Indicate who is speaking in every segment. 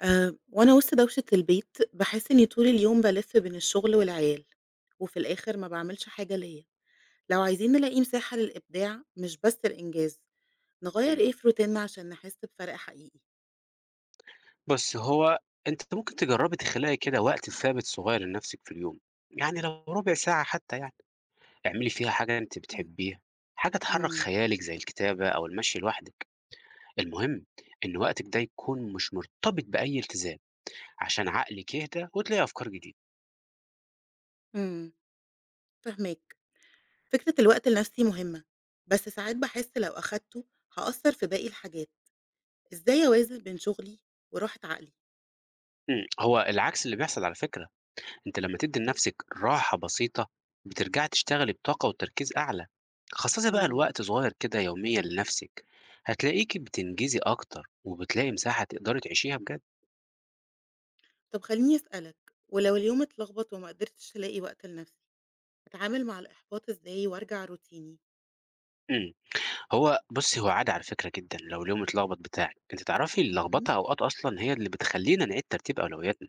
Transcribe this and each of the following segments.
Speaker 1: وأنا وسط دوشة البيت، باحس إني طول اليوم بالِف بين الشغل والعيال، وفي الآخر ما باعملش حاجة ليّا. لو عايزين نلاقي مساحة للإبداع مش بس الإنجاز، نغيّر
Speaker 2: إمم.
Speaker 1: إيه في روتيننا عشان نحس بفرق حقيقي؟
Speaker 2: بُصّي، أنتِ ممكن تجرّبي تخلقي كده وقت ثابت صغير لنفسِك في اليوم، يعني لو ربع ساعة حتى يعني، اعملي فيها حاجة أنتِ
Speaker 1: إمم.
Speaker 2: بتحبيها، حاجة تحرّك
Speaker 1: إمم،
Speaker 2: خيالِك زي الكتابة أو المشي لوحدِك، المهم إن وقتِك ده يكون مش مرتبط بأي التزام، عشان عقلِك يهدى وتلاقي أفكار جديدة.
Speaker 1: إمم، فاهماك. فكرة الوقت لنفسي مهمة، بس ساعات باحس لو أخدته هأثّر في باقي الحاجات. إزاي أوازن بين شغلي وراحة عقلي؟
Speaker 2: هو العكس اللي بيحصل على فكرة. أنت لما تدي لنفسك راحة بسيطة بترجعي تشتغلي بطاقة وتركيز أعلى. خصصي بقى
Speaker 1: إمم.
Speaker 2: لوقت صغير كده يوميا لنفسك، هتلاقيكي بتنجزي أكتر وبتلاقي مساحة تقدري تعيشيها بجد.
Speaker 1: طب خلّيني أسألك، ولو اليوم اتلخبط وما قدرتش تلاقي وقت لنفسك أتعامل مع الإحباط إزاي وأرجع روتيني؟
Speaker 2: مم. بصي عادي على فكرة جدا، لو اليوم اتلخبط بتاعك انت تعرفي
Speaker 1: إمم.
Speaker 2: اللخبطة اوقات اصلا هي اللي بتخلينا نعيد ترتيب اولوياتنا.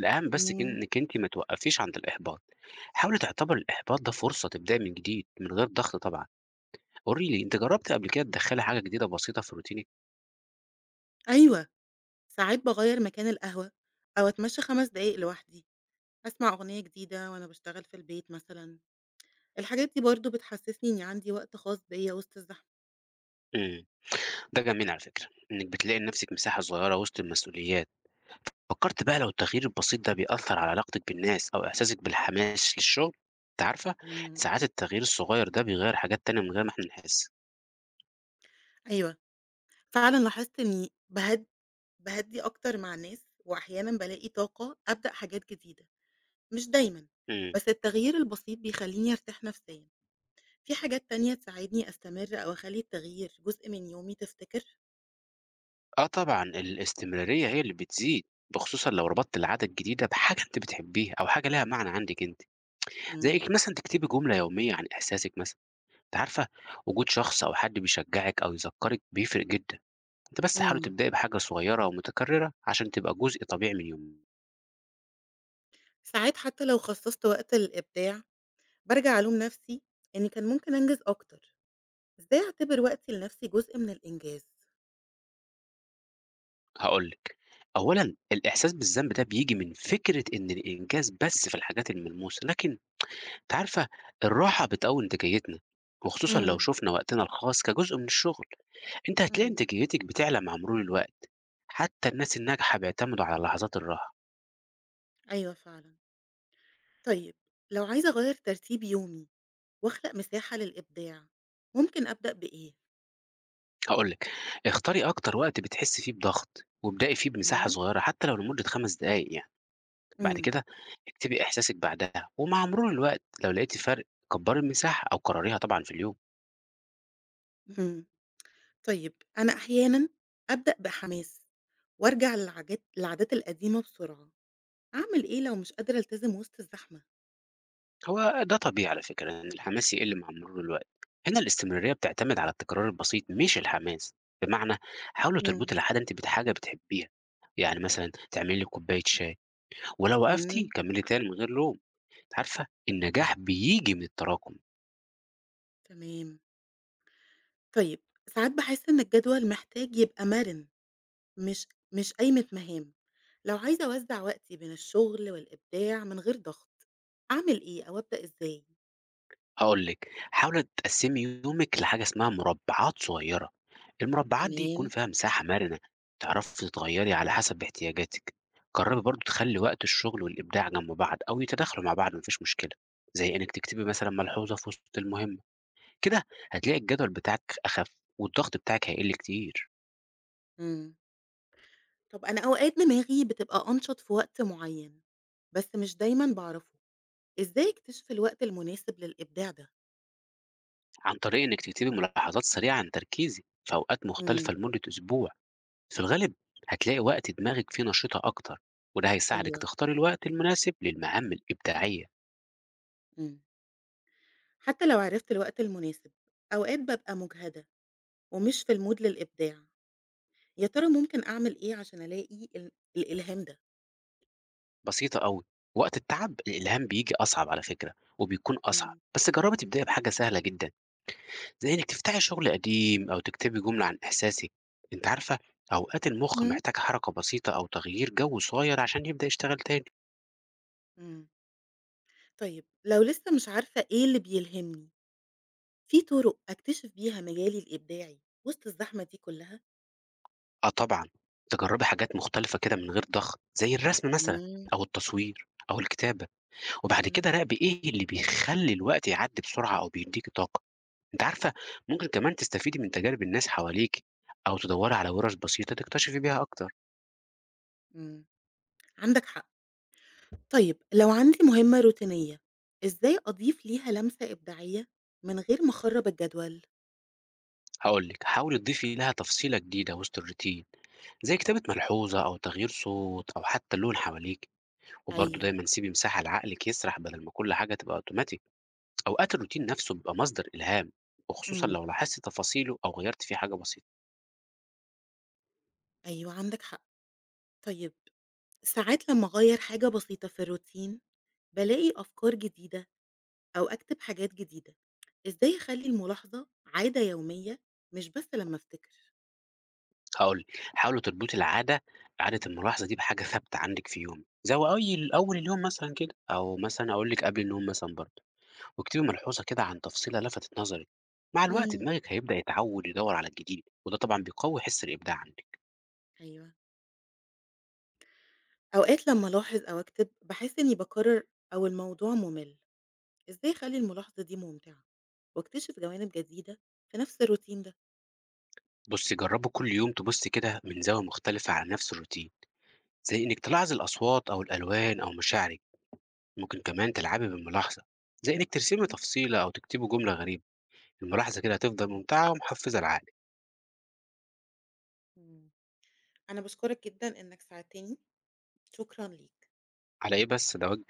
Speaker 2: الاهم بس
Speaker 1: إمم،
Speaker 2: انك انت ما توقفيش عند الاحباط، حاولي تعتبر الاحباط ده فرصة تبداي من جديد من غير ضغط طبعا. قولي لي، انت جربت قبل كده تدخلي حاجة جديدة بسيطة في روتينك؟
Speaker 1: أيوه، ساعات باغيّر مكان القهوة أو أتمشى 5 دقايق لوحدي، أسمع أغنية جديدة وأنا باشتغل في البيت مثلًا، الحاجات دي برضه بتحسسني إني عندي وقت خاص بيّا وسط الزحمة.
Speaker 2: مم. ده جميل على فكرة، إنِّك بتلاقي لنفسِك مساحة صغيرة وسط المسؤوليات، فكرتِ بقى لو التغيير البسيط ده بيأثّر على علاقتِك بالناس أو إحساسِك بالحماس للشغل؟ أنتِ عارفة،
Speaker 1: إمم.
Speaker 2: ساعات التغيير الصغير ده بيغيّر حاجات تانية من غير ما إحنا نحس.
Speaker 1: أيوه، فعلًا لاحظت إني باهدّي أكتر مع الناس وأحيانًا بالاقي طاقة أبدأ حاجات جديدة، مش دايمًا،
Speaker 2: إمم.
Speaker 1: بس التغيير البسيط بيخلّيني أرتاح نفسيًا. في حاجات تانية تساعدني أستمر أو أخلّي التغيير جزء من يومي تفتكر؟
Speaker 2: آه طبعًا، الاستمرارية هي اللي بتزيد، بخصوصًا لو ربطتِ العادة الجديدة بحاجة أنتِ بتحبيها أو حاجة ليها معنى عندِك أنتِ، زي
Speaker 1: إمم،
Speaker 2: إنِّك مثلًا تكتبي جملة يومية عن إحساسِك مثلًا، أنتِ عارفة، وجود شخص أو حد بيشجّعِك أو يذكّرِك بيفرق جدًا. أنتِ بس حاولي
Speaker 1: إمم.
Speaker 2: تبدئي بحاجة صغيرة ومتكررة عشان تبقى جزء طبيعي من يومِك.
Speaker 1: ساعات حتى لو خصصت وقت للإبداع، بارجع ألوم نفسي إني كان ممكن أنجز أكتر. إزاي أعتبر وقتي لنفسي جزء من الإنجاز؟
Speaker 2: هاقول لِك، أولًا الإحساس بالذنب ده بييجي من فكرة إن الإنجاز بس في الحاجات الملموسة، لكن أنتِ عارفة، الراحة بتقوي إنتاجيتنا، وخصوصًا لو
Speaker 1: إمم،
Speaker 2: شُفنا وقتنا الخاص كجزء من الشغل. أنتِ هتلاقي
Speaker 1: إمم،
Speaker 2: إنتاجيتِك بتعلى مع مرور الوقت، حتى الناس الناجحة بيعتمدوا على لحظات الراحة.
Speaker 1: أيوه فعلًا. طيب لو عايزة أغيّر ترتيب يومي وأخلق مساحة للإبداع، ممكن أبدأ بإيه؟
Speaker 2: هاقول لِك، اختاري أكتر وقت بتحسي فيه بضغط وابدئي فيه بمساحة
Speaker 1: إمم،
Speaker 2: صغيرة حتى لو لمدة 5 دقايق يعني. بعد
Speaker 1: إمم،
Speaker 2: كده اكتبي إحساسِك بعدها، ومع مرور الوقت لو لقيتِ فرق كبّري المساحة أو قرّريها طبعًا في اليوم.
Speaker 1: إمم. طيب أنا أحيانًا أبدأ بحماس وأرجع للعادات القديمة بسرعة، أعمل إيه لو مش قادرة ألتزم وسط الزحمة؟
Speaker 2: هو ده طبيعي على فكرة إن الحماس يقِل مع مرور الوقت، هنا الاستمرارية بتعتمد على التكرار البسيط مش الحماس، بمعنى حاولي
Speaker 1: إمم،
Speaker 2: تربطي العادة أنتِ بحاجة بتحبيها، يعني مثلًا تعملي لِك كوباية شاي، ولو وقفتِ
Speaker 1: إمم،
Speaker 2: كمّلي تاني من غير لوم، عارفة النجاح بييجي من التراكم.
Speaker 1: تمام. طيب، ساعات باحس إن الجدول محتاج يبقى مرن، مش مش قايمة مهام. لو عايزة أوزّع وقتي بين الشغل والإبداع من غير ضغط، أعمل إيه أو أبدأ إزاي؟
Speaker 2: هاقول لِك، حاولي تقسّمي يومِك لحاجة اسمها مُربعات صغيّرة، المُربعات دي يكون
Speaker 1: تمام،
Speaker 2: فيها مساحة مرنة تعرفي تتغيّري على حسب احتياجاتِك، جرّبي برضه تخلّي وقت الشغل والإبداع جنب بعض أو يتداخلوا مع بعض ما فيش مشكلة، زي إنِّك تكتبي مثلًا ملحوظة في وسط المهمة، كده هتلاقي الجدول بتاعِك أخف والضغط بتاعِك هيقِل كتير.
Speaker 1: إمم. طب أنا أوقات دماغي بتبقى أنشط في وقت معيّن، بس مش دايمًا باعرفه. إزاي أكتشف الوقت المناسب للإبداع ده؟
Speaker 2: عن طريق إنِّك تكتبي ملاحظات سريعة عن تركيزِك في أوقات
Speaker 1: إمم،
Speaker 2: مختلفة لمدة أسبوع. في الغالب هتلاقي وقت دماغك فيه نشيطة أكتر، وده هيساعدك
Speaker 1: أيوه،
Speaker 2: تختار الوقت المناسب للمهام الإبداعية.
Speaker 1: إمم. حتى لو عرفت الوقت المناسب، أوقات بابقى مُجهدة ومش في الmood للإبداع. يا ترى ممكن أعمل إيه عشان ألاقي الإلهام ده؟
Speaker 2: بسيطة أوي، وقت التعب الإلهام بيجي أصعب على فكرة وبيكون أصعب،
Speaker 1: إمم.
Speaker 2: بس جربي تبدأي بحاجة سهلة جدا زي إنك تفتحي شغل قديم أو تكتبي جملة عن إحساسك. أنت عارفة، أوقات المخ
Speaker 1: إمم.
Speaker 2: محتاج حركة بسيطة أو تغيير جو صغير عشان يبدأ يشتغل تاني.
Speaker 1: إمم. طيب لو لسه مش عارفة إيه اللي بيلهمني، في طرق أكتشف بيها مجالي الإبداعي وسط الزحمة دي كلّها؟
Speaker 2: أه طبعا، تجربي حاجات مختلفة كده من غير ضغط زي الرسم مثلا
Speaker 1: إمم.
Speaker 2: أو التصوير أو الكتابة، وبعد
Speaker 1: إمم.
Speaker 2: كده راقبي إيه اللي بيخلّي الوقت يعدّي بسرعة أو بيدّيكِ طاقة، أنتِ عارفة. ممكن كمان تستفيدي من تجارب الناس حواليكِ، أو تدوّري على وِرَش بسيطة تكتشفي بيها أكتر.
Speaker 1: إمم. عندك حق. طيب لو عندي مهمة روتينية، إزاي أضيف ليها لمسة إبداعية من غير ما أخرّب الجدول؟
Speaker 2: هاقول لِك، حاولي تضيفي لها تفصيلة جديدة وسط الroutine زي كتابة ملحوظة أو تغيير صوت أو حتى لون حواليكِ، وبرضه
Speaker 1: أيوه.
Speaker 2: دايمًا سيبي مساحة لعقلِك يسرح بدل ما كل حاجة تبقى أوتوماتيك. أوقات الroutine نفسه بيبقى مصدر إلهام، وخصوصًا
Speaker 1: إمم.
Speaker 2: لو لاحظتِ تفاصيله أو غيّرتِ فيه حاجة بسيطة.
Speaker 1: أيوه عندك حق. طيب ساعات لمّا أغيّر حاجة بسيطة في الروتين، بالاقي أفكار جديدة أو أكتب حاجات جديدة. إزاي أخلّي الملاحظة عادة يومية مش بس لمّا أفتكر؟
Speaker 2: هاقول لِك، حاولي تربطي عادة الملاحظة دي بحاجة ثابتة عندِك في يومِك، زي أي أول اليوم مثلًا كده، أو مثلًا أقول لِك قبل النوم مثلًا برضه، واكتبي ملحوظة كده عن تفصيلة لفتت نظرِك، مع الوقت
Speaker 1: إمم.
Speaker 2: دماغِك هيبدأ يتعود يدوّر على الجديد، وده طبعًا بيقوي حس الإبداع عندِك.
Speaker 1: أيوه. أوقات لمّا ألاحظ أو أكتب باحس إني باكرر أو الموضوع ممل. إزاي أخلّي الملاحظة دي ممتعة وأكتشف جوانب جديدة في نفس الروتين ده؟
Speaker 2: بُصي جربي كل يوم تبُصي كده من زاوية مختلفة على نفس الروتين، زي إنِك تلاحظي الأصوات أو الألوان أو مشاعرِك، ممكن كمان تلعبي بالملاحظة، زي إنِك ترسمي تفصيلة أو تكتبي جملة غريبة، الملاحظة كده هتفضل
Speaker 1: إمم،
Speaker 2: ممتعة ومحفزة لعقلِك.
Speaker 1: إمم. أنا باشكرك جدًا إنك ساعدتني، شكرًا ليك.
Speaker 2: على إيه بس، ده واجب.